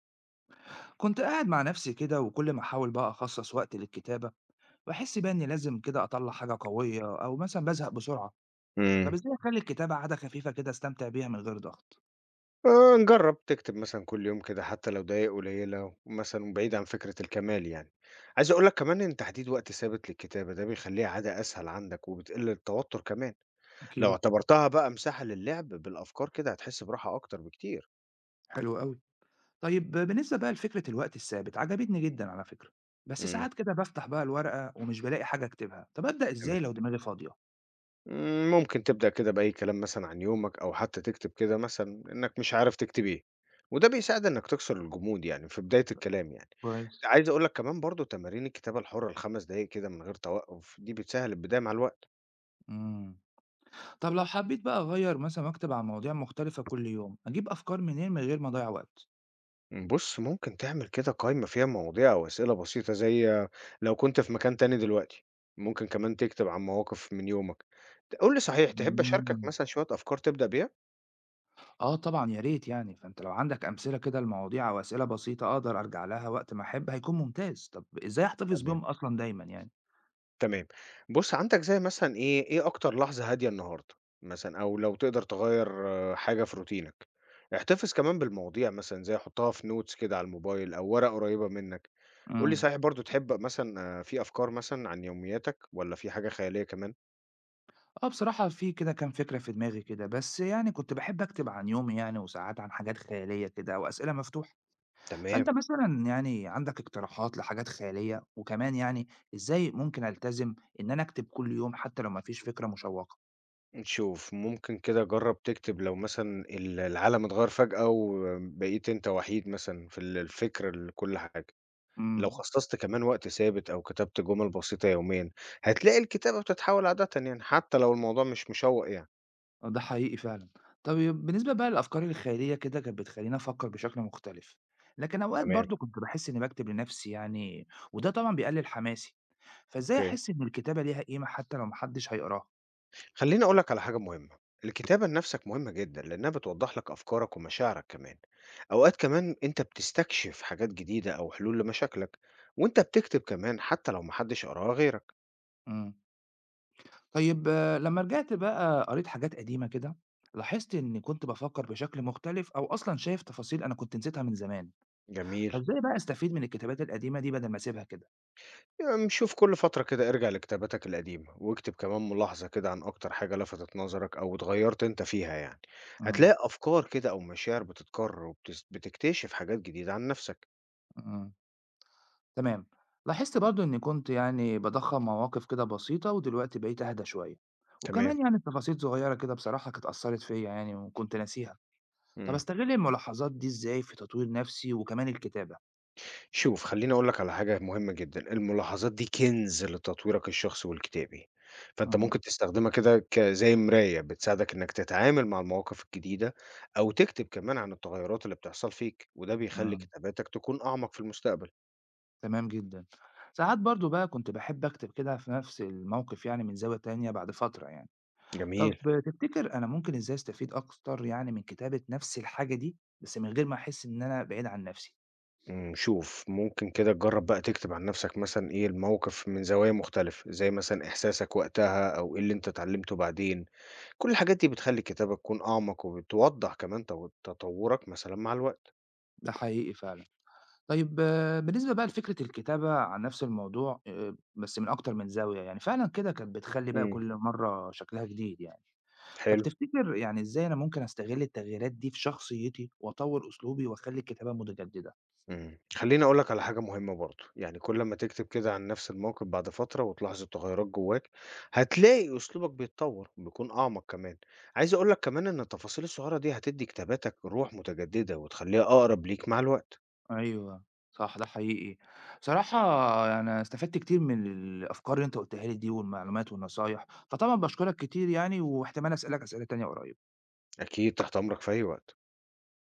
كنت قاعد مع نفسي كده وكل ما احاول بقى اخصص وقت للكتابة، بحس بقى اني لازم كده اطلع حاجة قوية او مثلا بزهق بسرعة. طب إمم. ازاي اخلي الكتابة عادة خفيفة كده استمتع بيها من غير ضغط؟ جرّب تكتب مثلًا كل يوم كده حتى لو دقايق قليّلة، مثلًا بعيد عن فكرة الكمال يعني. عايز أقول لك كمان إن تحديد وقت ثابت للكتابة ده بيخلّيها عادة أسهل عندك وبتقِل التوتر كمان، لو أكيد. اعتبرتها بقى مساحة للعب بالأفكار كده هتحس براحة أكتر بكتير. حلو قوي. طيب بالنسبة بقى لفكرة الوقت الثابت عجبتني جدا على فكرة، بس إمم. ساعات كده بفتح بقى الورقة ومش بلاقي حاجة اكتبها، طب ابدأ تمام. ازاي لو دماغي فاضية؟ إمم، ممكن تبدأ كده بأي كلام مثلًا عن يومك، أو حتى تكتب كده مثلًا إنك مش عارف تكتب إيه، وده بيساعد إنك تكسر الجمود يعني في بداية الكلام يعني. كويس. عايز أقول لك كمان برضه تمارين الكتابة الحرة ل5 دقايق كده من غير توقف، دي بتسهّل البداية مع الوقت. امم. طب لو حبيت بقى اغير مثلا واكتب عن مواضيع مختلفة كل يوم اجيب افكار منين من غير ما اضيع وقت؟ بُص، ممكن تعمل كده قايمة فيها مواضيع أو أسئلة بسيطة زي لو كنت في مكان تاني دلوقتي، ممكن كمان تكتب عن مواقف من يومك. قُل لي صحيح تحب أشاركك مم. مثلًا شوية أفكار تبدأ بيها؟ آه طبعًا يا ريت يعني، فأنت لو عندك أمثلة كده لمواضيع أو أسئلة بسيطة أقدر أرجع لها وقت ما أحب هيكون ممتاز، طب إزاي أحتفظ بيهم أصلًا دايمًا يعني؟ تمام. بُص، عندك زي مثلًا إيه، إيه أكتر لحظة هادية النهارده مثلًا أو لو تقدر تغيّر حاجة في روتينك. احتفظ كمان بالمواضيع مثلًا زي حُطّها في notes كده على الموبايل أو ورقة قريّبة منّك. قُل لي إمم. صحيح برضه تحب مثلًا في أفكار مثلًا عن يومياتك والّا في حاجة خيالية كمان؟ آه بصراحة في كده كام فكرة في دماغي كده، بس يعني كنت باحب أكتب عن يومي يعني وساعات عن حاجات خيالية كده أو أسئلة مفتوحة، تمام. فأنت مثلًا يعني عندك اقتراحات لحاجات خيالية؟ وكمان يعني إزاي ممكن ألتزم إن أنا أكتب كل يوم حتى لو ما فيش فكرة مشوقة؟ شوف، ممكن كده جرّب تكتب لو مثلًا العالم اتغيّر فجأة وبقيت أنت وحيد مثلًا في الفكر لكل حاجة. لو إمم. خصصت كمان وقت ثابت أو كتبت جمل بسيطة يوميًا، هتلاقي الكتابة بتتحول عادةً يعني، حتى لو الموضوع مش مشوّق يعني. آه، ده حقيقي فعلًا. طيب بالنسبة بقى للأفكار الخيالية كده كانت بتخلّيني أفكّر بشكل مختلف، لكن أوقات تمام، برضه كنت باحس إنّي باكتب لنفسي يعني وده طبعًا بيقلل حماسي، فإزاي أوكي. أحس إن الكتابة ليها قيمة حتى لو ما حدش هيقراها؟ خلّيني أقول لك على حاجة مهمة، الكتابة لنفسك مهمة جدًا، لإنها بتوضّح لك أفكارك ومشاعرك كمان. أوقات كمان أنت بتستكشف حاجات جديدة أو حلول لمشاكلك، وأنت بتكتب كمان حتى لو ما حدش قراها غيرك. إمم. طيب آه، لمّا رجعت بقى قريت حاجات قديمة كده، لاحظت إنّي كنت بافكّر بشكل مختلف أو أصلًا شايف تفاصيل أنا كنت نسيتها من زمان، جميل. فإزاي بقى أستفيد من الكتابات القديمة دي بدل ما أسيبها كده؟ يعني شوف كل فترة كده ارجع لكتاباتك القديمة واكتب كمان ملاحظة كده عن أكتر حاجة لفتت نظرك أو اتغيرت أنت فيها يعني إمم، هتلاقي أفكار كده أو مشاعر بتتكرر وبتكتشف حاجات جديدة عن نفسك. إمم. تمام. لاحظت برضو اني كنت يعني بضخم مواقف كده بسيطة ودلوقتي بقيت اهدى شوية، تمام. وكمان يعني تفاصيل صغيرة كده بصراحة كانت أثرت فيا يعني وكنت ناسيها. طب مم. استغل الملاحظات دي ازاي في تطوير نفسي وكمان الكتابة؟ شوف خليني أقولك على حاجة مهمة جدا، الملاحظات دي كنز لتطويرك الشخصي والكتابي، فأنت مم. ممكن تستخدمها كده زي مراية بتساعدك إنك تتعامل مع المواقف الجديدة أو تكتب كمان عن التغيرات اللي بتحصل فيك وده بيخلي مم. كتاباتك تكون أعمق في المستقبل. تمام جدا. ساعات برضو بقى كنت بحب أكتب كده في نفس الموقف يعني من زاوية تانية بعد فترة يعني. طب جميل. تفتكر أنا ممكن ازاي استفيد أكتر يعني من كتابة نفس الحاجة دي بس من غير ما أحس إن أنا بعيد عن نفسي؟ إمم، شوف ممكن كده تجرّب بقى تكتب عن نفْسك مثلًا إيه الموقف من زوايا مختلفة، زي مثلًا إحساسك وقتها أو إيه اللي أنت اتعلّمته بعدين، كل الحاجات دي بتخلّي الكتابة تكون أعمق وبتوضّح كمان تطوّرك مثلًا مع الوقت. ده حقيقي فعلا. طيب بالنسبة بقى لفكرة الكتابة عن نفس الموضوع بس من أكتر من زاوية يعني، فعلًا كده كانت بتخلّي بقى إمم، كل مرّة شكلها جديد يعني. طب حلو. تفتكر يعني إزاي أنا ممكن أستغل التغييرات دي في شخصيتي وأطوّر أسلوبي وأخلّي الكتابة متجددة؟ إمم، خلّيني أقول لك على حاجة مهمة برضه، يعني كل أمّا تكتب كده عن نفْس الموقف بعد فترة وتلاحظ التغيّرات جوّاك، هتلاقي أسلوبك بيتطوّر، بيكون أعمق كمان. عايز أقول لك كمان إن التفاصيل الصغيّرة دي هتدّي كتاباتك روح متجددة وتخلّيها أقرب ليك مع الوقت. أيوه، صح ده حقيقي. بصراحة أنا استفدت كتير من الأفكار اللي أنت قُلتها لي دي والمعلومات والنصايح، فطبعًا باشكرك كتير يعني واحتمال أسألك أسئلة تانية قريب. أكيد تحت أمرك في أي وقت.